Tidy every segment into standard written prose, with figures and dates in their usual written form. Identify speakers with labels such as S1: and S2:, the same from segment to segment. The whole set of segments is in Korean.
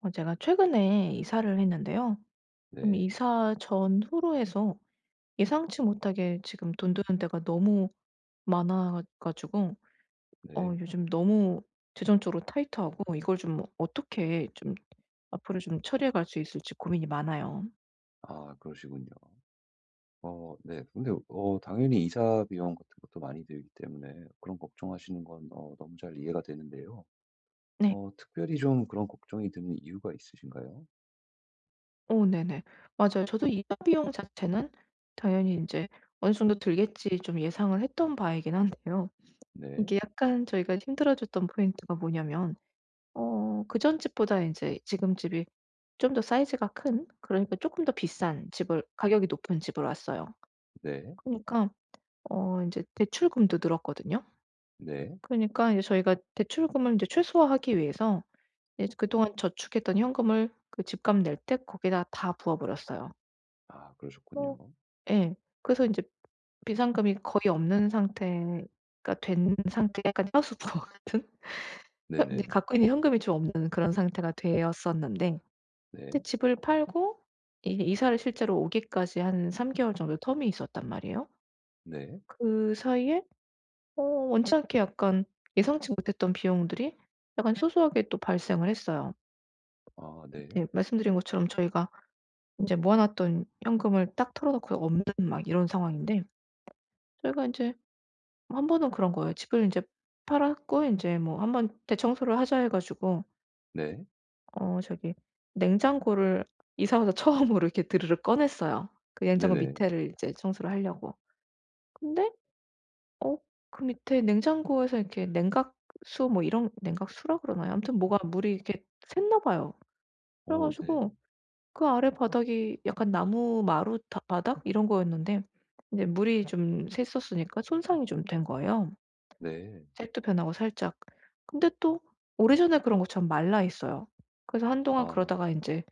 S1: 제가 최근에 이사를 했는데요. 좀
S2: 네.
S1: 이사 전후로 해서 예상치 못하게 지금 돈 드는 데가 너무 많아 가지고
S2: 네.
S1: 요즘 너무 재정적으로 타이트하고, 이걸 좀 어떻게 좀 앞으로 좀 처리해 갈 수 있을지 고민이 많아요.
S2: 아 그러시군요. 네. 근데 당연히 이사 비용 같은 것도 많이 들기 때문에 그런 걱정하시는 건 너무 잘 이해가 되는데요.
S1: 네.
S2: 특별히 좀 그런 걱정이 드는 이유가 있으신가요?
S1: 오, 네네. 맞아요. 저도 이사 비용 자체는 당연히 이제 어느 정도 들겠지 좀 예상을 했던 바이긴 한데요.
S2: 네.
S1: 이게 약간 저희가 힘들어졌던 포인트가 뭐냐면, 그전 집보다 이제 지금 집이 좀 더 사이즈가 큰, 그러니까 쪼끔 더 비싼 집을, 가격이 높은 집으로 왔어요.
S2: 네.
S1: 그러니까 인제 대출금도 늘었거든요.
S2: 네.
S1: 그러니까 이제 저희가 대출금을 인제 최소화하기 위해서 이제 그동안 저축했던 현금을 그 집값 낼 때 거기다 다 부어 버렸어요.
S2: 아
S1: 뭐,
S2: 그러셨군요.
S1: 예. 그래서 인제 비상금이 거의 없는 상태가 된 상태, 약간 하수부 같은? 현 네,
S2: 네네.
S1: 갖고 있는 현금이 좀 없는 그런 상태가 되었었는데,
S2: 네.
S1: 근데 집을 팔고 이 이사를 실제로 오기까지 한 3 개월 정도 텀이 있었단 말이에요.
S2: 네.
S1: 그 사이에 원치 않게 약간 예상치 못했던 비용들이 약간 소소하게 또 발생을 했어요.
S2: 아 네.
S1: 네, 말씀드린 것처럼 저희가 이제 모아 놨던 현금을 딱 털어 놓고 없는, 막 이런 상황인데 저희가 이제 한 번은 그런 거예요. 집을 이제 팔았고 이제 뭐 한 번 대청소를 하자 해 가지고
S2: 네.
S1: 저기, 냉장고를 이사 와서 처음으로 이렇게 드르륵 꺼냈어요. 그 냉장고
S2: 네네.
S1: 밑에를 이제 청소를 하려고. 근데 어 그 밑에 냉장고에서 이렇게 냉각수, 뭐 이런 냉각수라 그러나요? 아무튼 뭐가 물이 이렇게 샜나 봐요. 그래
S2: 오 네.
S1: 가지고 그 아래 바닥이 약간 나무 마루, 다 바닥 이런 거였는데 인제 물이 좀 샜었으니까 손상이 좀 된 거예요,
S2: 네.
S1: 색도 변하고 살짝. 근데 또 오래전에 그런 것처럼 말라 있어요. 그래서
S2: 아
S1: 한동안 그러다가 인제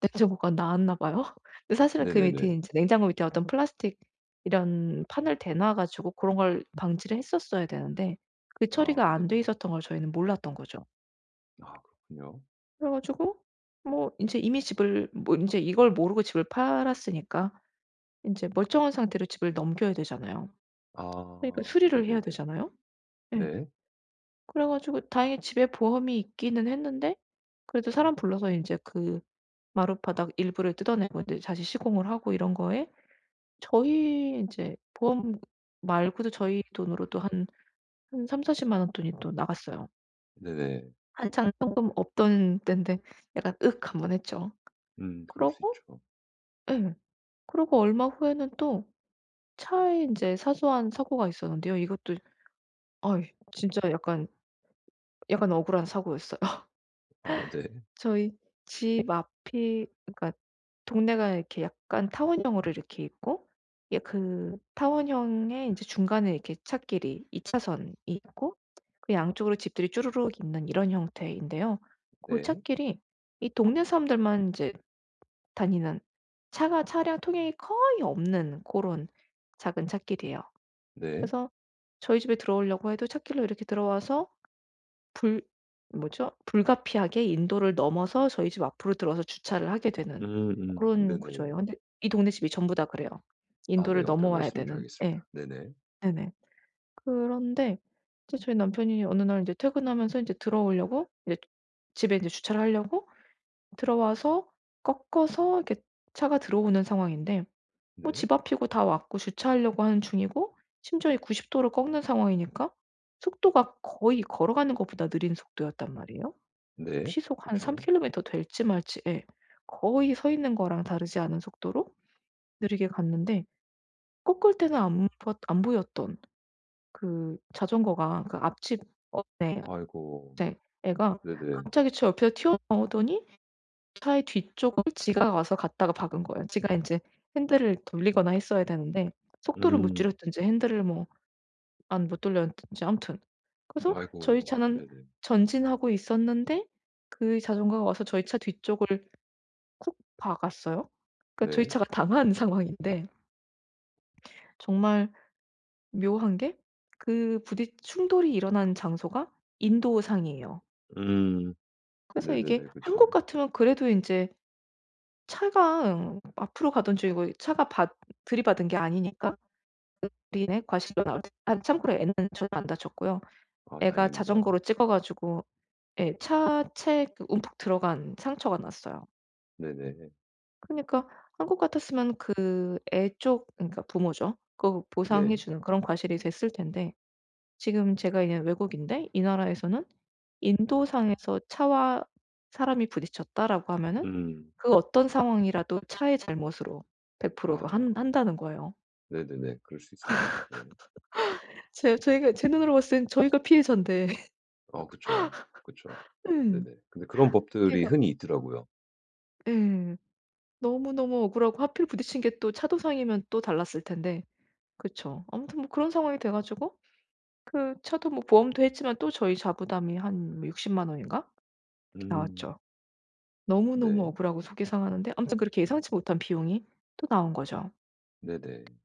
S1: 냉장고가 나왔나 봐요. 근데 사실은 그 밑에,
S2: 네네네.
S1: 이제 냉장고 밑에 어떤 플라스틱 이런 판을 대놔 가지고 그런 걸 방지를 했었어야 되는데, 그
S2: 아
S1: 처리가 안 돼
S2: 네네.
S1: 있었던 걸 저희는 몰랐던 거죠.
S2: 아 그렇군요.
S1: 그래 가지고 뭐 인제 이미 집을, 뭐 인제 이걸 모르고 집을 팔았으니까 인제 멀쩡한 상태로 집을 넘겨야 되잖아요. 그러니까
S2: 아
S1: 수리를 해야
S2: 네네네.
S1: 되잖아요. 예.
S2: 네.
S1: 그래 가지고 다행히 집에 보험이 있기는 했는데, 그래도 사람 불러서 인제 그 마룻바닥 일부를 뜯어내고 인제 다시 시공을 하고 이런 거에, 저희 인제 보험 말고도 저희 돈으로도 한 3 0 4 0원 돈이 또 나갔어요.
S2: 네네.
S1: 한창 현금 없던 때인데 약간 "으악." 한 번 했죠.
S2: 그럴 수
S1: 그러고,
S2: 있죠.
S1: 예. 그러고 얼마 후에는 또 차에 인제 사소한 사고가 있었는데요. 이것도 아이 진짜 약간 억울한 사고였어요.
S2: 아 네.
S1: 저희 집 앞이, 그러니까 동네가 이렇게 약간 타원형으로 이렇게 있고 예, 그 타원형의 인제 중간에 이렇게 찻길이 2 차선이 있고, 그 양쪽으로 집들이 쭈루룩 있는 이런 형태인데요. 고
S2: 네.
S1: 찻길이 이 동네 사람들만 인제 다니는, 차가, 차량 통행이 거의 없는 고런 작은 찻길이에요.
S2: 네.
S1: 그래서 저희 집에 들어오려고 해도 찻길로 이렇게 들어와서, 불 뭐죠, 불가피하게 인도를 넘어서 저희 집 앞으로 들어와서 주차를 하게 되는
S2: 음음.
S1: 고런
S2: 네네네.
S1: 구조예요. 근데 이 동네 집이 전부 다 그래요.
S2: 아 네.
S1: 인도를
S2: 어떤
S1: 넘어와야
S2: 말씀인지
S1: 되는. 예.
S2: 알겠습니다. 네 네.
S1: 네네. 그런데 이제 저희 남편이 어느 날 인제 퇴근하면서 인제 들어오려고 이제 집에 인제 주차를 하려고 들어와서 꺾어서 이렇게 차가 들어오는 상황인데, 뭐
S2: 네.
S1: 집 앞이고 다 왔고 주차하려고 하는 중이고, 심지어 이 90 도를 꺾는 상황이니까 속도가 거의 걸어가는 것보다 느린 속도였단 말이에요.
S2: 네.
S1: 시속 한 3
S2: 그쵸.
S1: 킬로미터 될지 말지, 예. 거의 서 있는 거랑 다르지 않은 속도로 느리게 갔는데, 꺾을 때는 안 보였던 그 자전거가, 그 앞집, 네,
S2: 아이고.
S1: 네, 애가
S2: 네네.
S1: 갑자기 제 옆에서 튀어나오더니 차의 뒤쪽을, 지가 와서 갔다가 박은 거예요. 지가 인제 핸들을 돌리거나 했어야 되는데 속도를 못
S2: 음.
S1: 줄였든지 핸들을 뭐 안 못 돌렸든지 아무튼. 그래서 저희
S2: 아이고.
S1: 차는
S2: 네네.
S1: 전진하고 있었는데 그 자전거가 와서 저희 차 뒤쪽을 콕 박았어요. 그러니까 저희
S2: 네.
S1: 차가 당한 상황인데, 정말 묘한 게 그 부딪 충돌이 일어난 장소가 인도상이에요.
S2: 음.
S1: 그래서 이게
S2: 네네네. 그쵸.
S1: 한국 같으면 그래도 인제 차가 앞으로 가던 중이고 차가 받 들이받은 게 아니니까 우리네 과실로 나올 때, 아 참고로 애는 전혀 안 다쳤고요.
S2: 아
S1: 애가
S2: 다행입니다.
S1: 자전거로 찍어 가지고 예, 차체 그 움푹 들어간 상처가 났어요.
S2: 네네.
S1: 그니까 한국 같았으면 그 애 쪽, 그러니까 부모죠, 그, 보상해
S2: 네.
S1: 주는 그런 과실이 됐을 텐데, 지금 제가 있는 외국인데 이 나라에서는 "인도상에서 차와 사람이 부딪혔다."라고 하면은,
S2: 음.
S1: 그 어떤 상황이라도 차의 잘못으로 100%
S2: 아
S1: 로 한
S2: 아,
S1: 한다는 거예요.
S2: 네네네. 그럴 수 있습니다. 네.
S1: 제 저희가 제 눈으로 봤을 땐 저희가 피해자인데.
S2: 아 그쵸. 그쵸.
S1: 예.
S2: 네네. 근데 그런 법들이
S1: 제가
S2: 흔히 있더라고요.
S1: 예. 너무너무 억울하고, 하필 부딪힌 게 또 차도상이면 또 달랐을 텐데. 그쵸. 아무튼 뭐 그런 상황이 돼 가지고 그, 차도 뭐 보험도 했지만 또 저희 자부담이 한 뭐 6 0만 원인가 이렇게
S2: 음.
S1: 나왔죠. 너무너무
S2: 네.
S1: 억울하고 속이 상하는데, 아무튼 그렇게 예상치 못한 비용이 또 나온 거죠.
S2: 네네.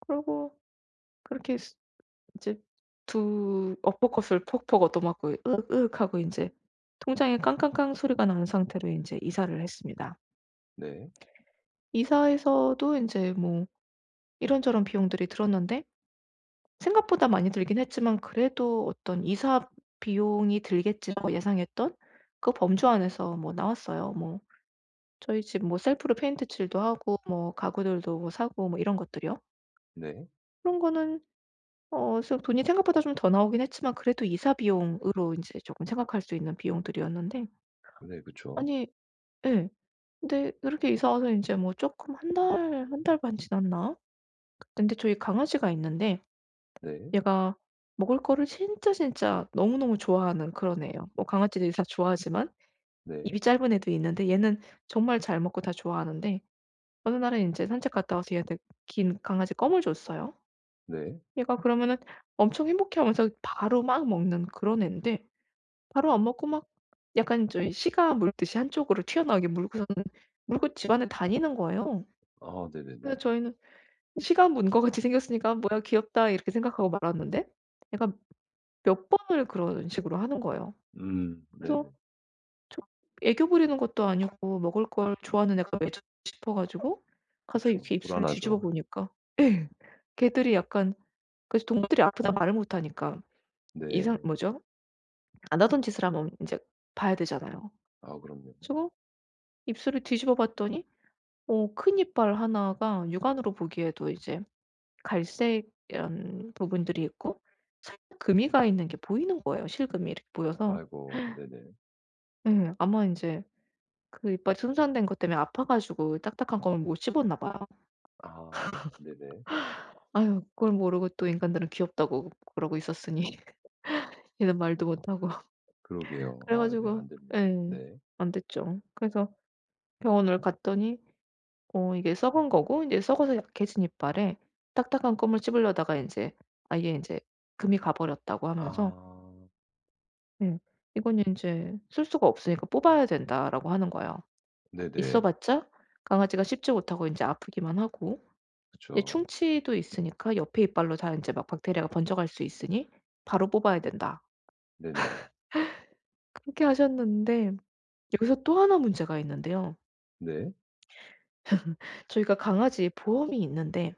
S1: 그러고 그렇게 스 이제 두 어퍼컷을 퍽퍽 얻어맞고 으윽 하고 이제 통장에 깡깡깡 소리가 나는 상태로 이제 이사를 했습니다.
S2: 네.
S1: 이사에서도 이제 뭐 이런저런 비용들이 들었는데, 생각보다 많이 들긴 했지만 그래도 어떤 이사 비용이 들겠지라고 예상했던 그 범주 안에서 뭐 나왔어요. 뭐 저희 집 뭐 셀프로 페인트 칠도 하고 뭐 가구들도 뭐 사고 뭐 이런 것들이요.
S2: 네.
S1: 그런 거는 좀 돈이 생각보다 좀 더 나오긴 했지만 그래도 이사 비용으로 인제 쪼끔 생각할 수 있는 비용들이었는데,
S2: 네. 그쵸.
S1: 아니, 예. 근데 그렇게 이사 와서 인제 뭐 쪼끔, 한 달, 한 달 반 지났나? 근데 저희 강아지가 있는데
S2: 네.
S1: 얘가 먹을 거를 진짜 진짜 너무너무 좋아하는 그런 애예요. 뭐 강아지들이 다 좋아하지만
S2: 네.
S1: 입이 짧은 애도 있는데, 얘는 정말 잘 먹고 다 좋아하는데 어느 날은 인제 산책 갔다 와서 얘한테 긴 강아지 껌을 줬어요.
S2: 네.
S1: 얘가 그러면은 엄청 행복해하면서 바로 막 먹는 그런 애인데, 바로 안 먹고 막 약간 저희 시가 물듯이 한쪽으로 튀어나오게 물고서는 물고 집안을 다니는 거예요.
S2: 아
S1: 그래서
S2: 네네네.
S1: 저희는 시가 문 것 같이 생겼으니까 '뭐야, 귀엽다.' 이렇게 생각하고 말았는데, 얘가 몇 번을 그런 식으로 하는 거예요. 그래서
S2: 네네.
S1: 좀 애교 부리는 것도 아니고 먹을 걸 좋아하는 애가 왜 저러지 싶어 가지고 가서
S2: 그쵸.
S1: 이렇게 입술을 뒤집어
S2: 불안하죠.
S1: 보니까. 예. 걔들이 약간, 그래서 동물들이 아프다 말을 못 하니까 이상,
S2: 네.
S1: 뭐죠, 안 하던 짓을 하면 인제 봐야 되잖아요.
S2: 아 그럼요.
S1: 그래서 입술을 뒤집어 봤더니 큰 이빨 하나가 육안으로 보기에도 이제 갈색 이런 부분들이 있고 살짝 금이 가 있는 게 보이는 거예요, 실금이 이렇게 보여서.
S2: 아이고 네네.
S1: 예. 아마 인제 그 이빨이 손상된 것 때문에 아파 가지고 딱딱한 껌을 못 씹었나 봐요.
S2: 아 네네.
S1: 아유, 그걸 모르고 또 인간들은 귀엽다고 그러고 있었으니 얘는 말도 못하고.
S2: 그러게요.
S1: 그래
S2: 아 네
S1: 가지고,
S2: 안 됐네요.
S1: 예.
S2: 네.
S1: 안 됐죠. 그래서 병원을 갔더니 이게 썩은 거고 인제 썩어서 약해진 이빨에 딱딱한 껌을 씹으려다가 인제 아예 인제 금이 가 버렸다고 하면서
S2: 아
S1: 예, "이거는 인제 쓸 수가 없으니까 뽑아야 된다."라고 하는 거예요. 있어
S2: 네네.
S1: 봤자 강아지가 씹지 못하고 인제 아프기만 하고 이제
S2: 그쵸.
S1: 충치도 있으니까 옆에 이빨로 다 인제 막 박테리아가 번져갈 수 있으니 "바로 뽑아야 된다."
S2: 네네.
S1: 그렇게 하셨는데 여기서 또 하나 문제가 있는데요.
S2: 네.
S1: 저희가 강아지 보험이 있는데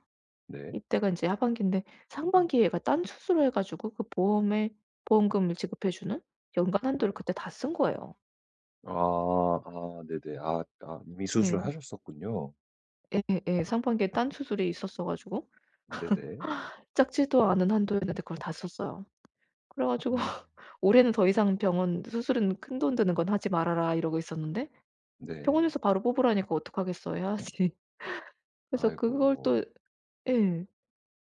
S2: 네.
S1: 이때가 인제 하반기인데, 상반기에 얘가 딴 수술을 해 가지고 그 보험에, 보험금을 지급해 주는 연간 한도를 그때 다 쓴 거예요.
S2: 아 아 네네. 아 아 이미 수술을
S1: 네.
S2: 하셨었군요.
S1: 예예. 상반기에 딴 수술이 있었어 가지고
S2: 네네.
S1: 작지도 않은 한도였는데 그걸 다 썼어요. 그래 가지고
S2: 음
S1: 올해는 더 이상 병원 수술은 "큰 돈 드는 건 하지 말아라." 이러고 있었는데,
S2: 네.
S1: 병원에서 바로 뽑으라니까 어떡하겠어, 해야지. 그래서 그걸
S2: 아이고.
S1: 또, 예.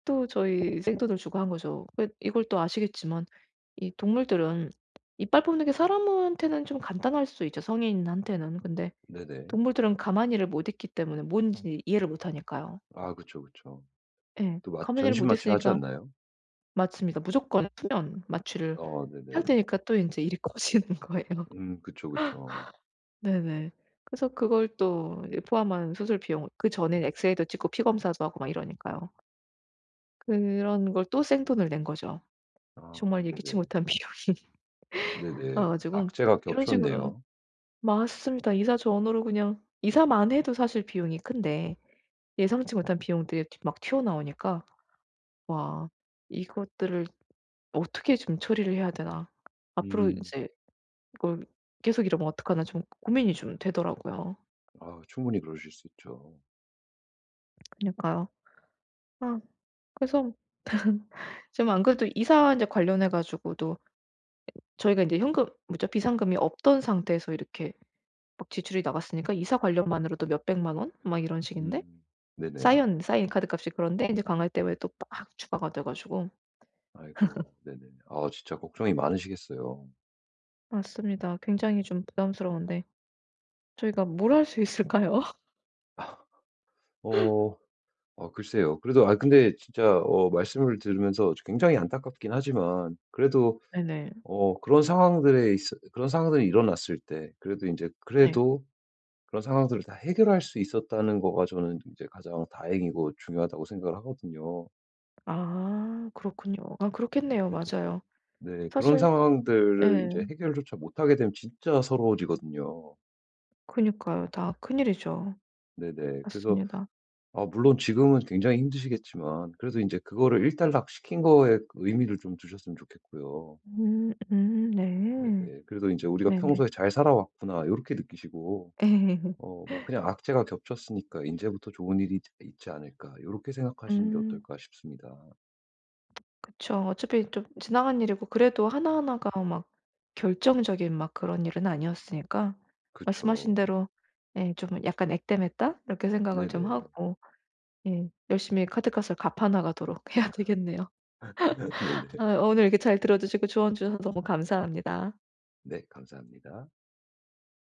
S1: 또 저희 생돈을 주고 한 거죠. 그, 이걸 또 아시겠지만 이 동물들은 이빨 뽑는 게, 사람한테는 좀 간단할 수 있죠, 성인한테는. 근데
S2: 네네.
S1: 동물들은 가만히를 못 있기 때문에, 뭔지 이해를 못 하니까요.
S2: 아 그쵸, 그쵸.
S1: 예.
S2: 또 마
S1: 가만히를
S2: 전신
S1: 못
S2: 마취 하지
S1: 있으니까,
S2: 않나요?
S1: 맞습니다. 무조건 수면 마취를 해야
S2: 네네.
S1: 되니까 또 인제 일이 커지는 거예요.
S2: 그쵸, 그쵸.
S1: 네네. 그래서 그걸 또 이제 포함한 수술 비용, 그전엔 엑스레이도 찍고 피 검사도 하고 막 이러니까요. 그런 걸 또 생돈을 낸 거죠.
S2: 아
S1: 정말 예기치
S2: 네네.
S1: 못한 비용이 나와
S2: 네네.
S1: 가지고.
S2: 악재가
S1: 이런 식으로,
S2: 겹쳤네요.
S1: 맞습니다. 이사 전후로 그냥 이사만 해도 사실 비용이 큰데 예상치 못한 비용들이 튀 막 튀어나오니까, '와, 이것들을 어떻게 좀 처리를 해야 되나. 앞으로 이
S2: 음.
S1: 제 이걸 계속 이러면 어떡하나.' 좀 고민이 좀 되더라고요.
S2: 아 충분히 그러실 수 있죠.
S1: 그니까요. 러아 그래서 지금 안 그래도 이사 이제 관련해 가지고도 저희가 이제 현금, 뭐죠, 비상금이 없던 상태에서 이렇게 막 지출이 나갔으니까 이사 관련만으로도 몇백만 원 막 이런 식인데,
S2: 음.
S1: 쌓
S2: 네네.
S1: 인 쌓인 카드값이 그런데 인제 강할 때 왜 또 빡 추가가 돼 가지고.
S2: 아이고 네네. 아 진짜 걱정이 많으시겠어요.
S1: 맞습니다. 굉장히 좀 부담스러운데, 저희가 뭘 할 수 있을까요?
S2: 어 글쎄요. 그래도 아 근데 진짜 말씀을 들으면서 굉장히 안타깝긴 하지만 그래도
S1: 네네.
S2: 그런 상황들에 있어 그런 상황들이 일어났을 때 그래도 이제
S1: 네.
S2: 그래도 그런 상황들을 다 해결할 수 있었다는 거가 저는 이제 가장 다행이고 중요하다고 생각을 하거든요.
S1: 아 그렇군요. 아 그렇겠네요.
S2: 네네.
S1: 맞아요.
S2: 네. 그런
S1: 사실,
S2: 상황들을 이
S1: 예.
S2: 제 해결조차 못하게 되면 진짜 서러워지거든요.
S1: 그니까요. 다 큰일이죠.
S2: 네네. 그래서
S1: 맞습니다.
S2: 아 물론 지금은 굉장히 힘드시겠지만 그래도 이제 그거를 일단락 시킨 거에 의미를 좀 두셨으면 좋겠고요.
S1: 음음, 네.
S2: 네네. 그래도 이제 '우리가
S1: 네네.
S2: 평소에 잘 살아왔구나.' 이렇게 느끼시고 뭐 '그냥 악재가 겹쳤으니까 이제부터 좋은 일이 있 있지 않을까.' 요렇게 생각하시는 게
S1: 음.
S2: 어떨까 싶습니다.
S1: 그쵸. 어차피 좀 지나간 일이고 그래도 하나하나가 막 결정적인 막 그런 일은 아니었으니까, 말씀하신
S2: 그쵸.
S1: 대로 예 좀 약간 '액땜했다.' 이렇게 생각을 좀
S2: 네네.
S1: 하고, 예 열심히 카드값을 갚아 나가도록 해야 되겠네요.
S2: 네네.
S1: 아 오늘 이렇게 잘 들어 주시고 조언 주셔서 너무 감사합니다.
S2: 네. 감사합니다.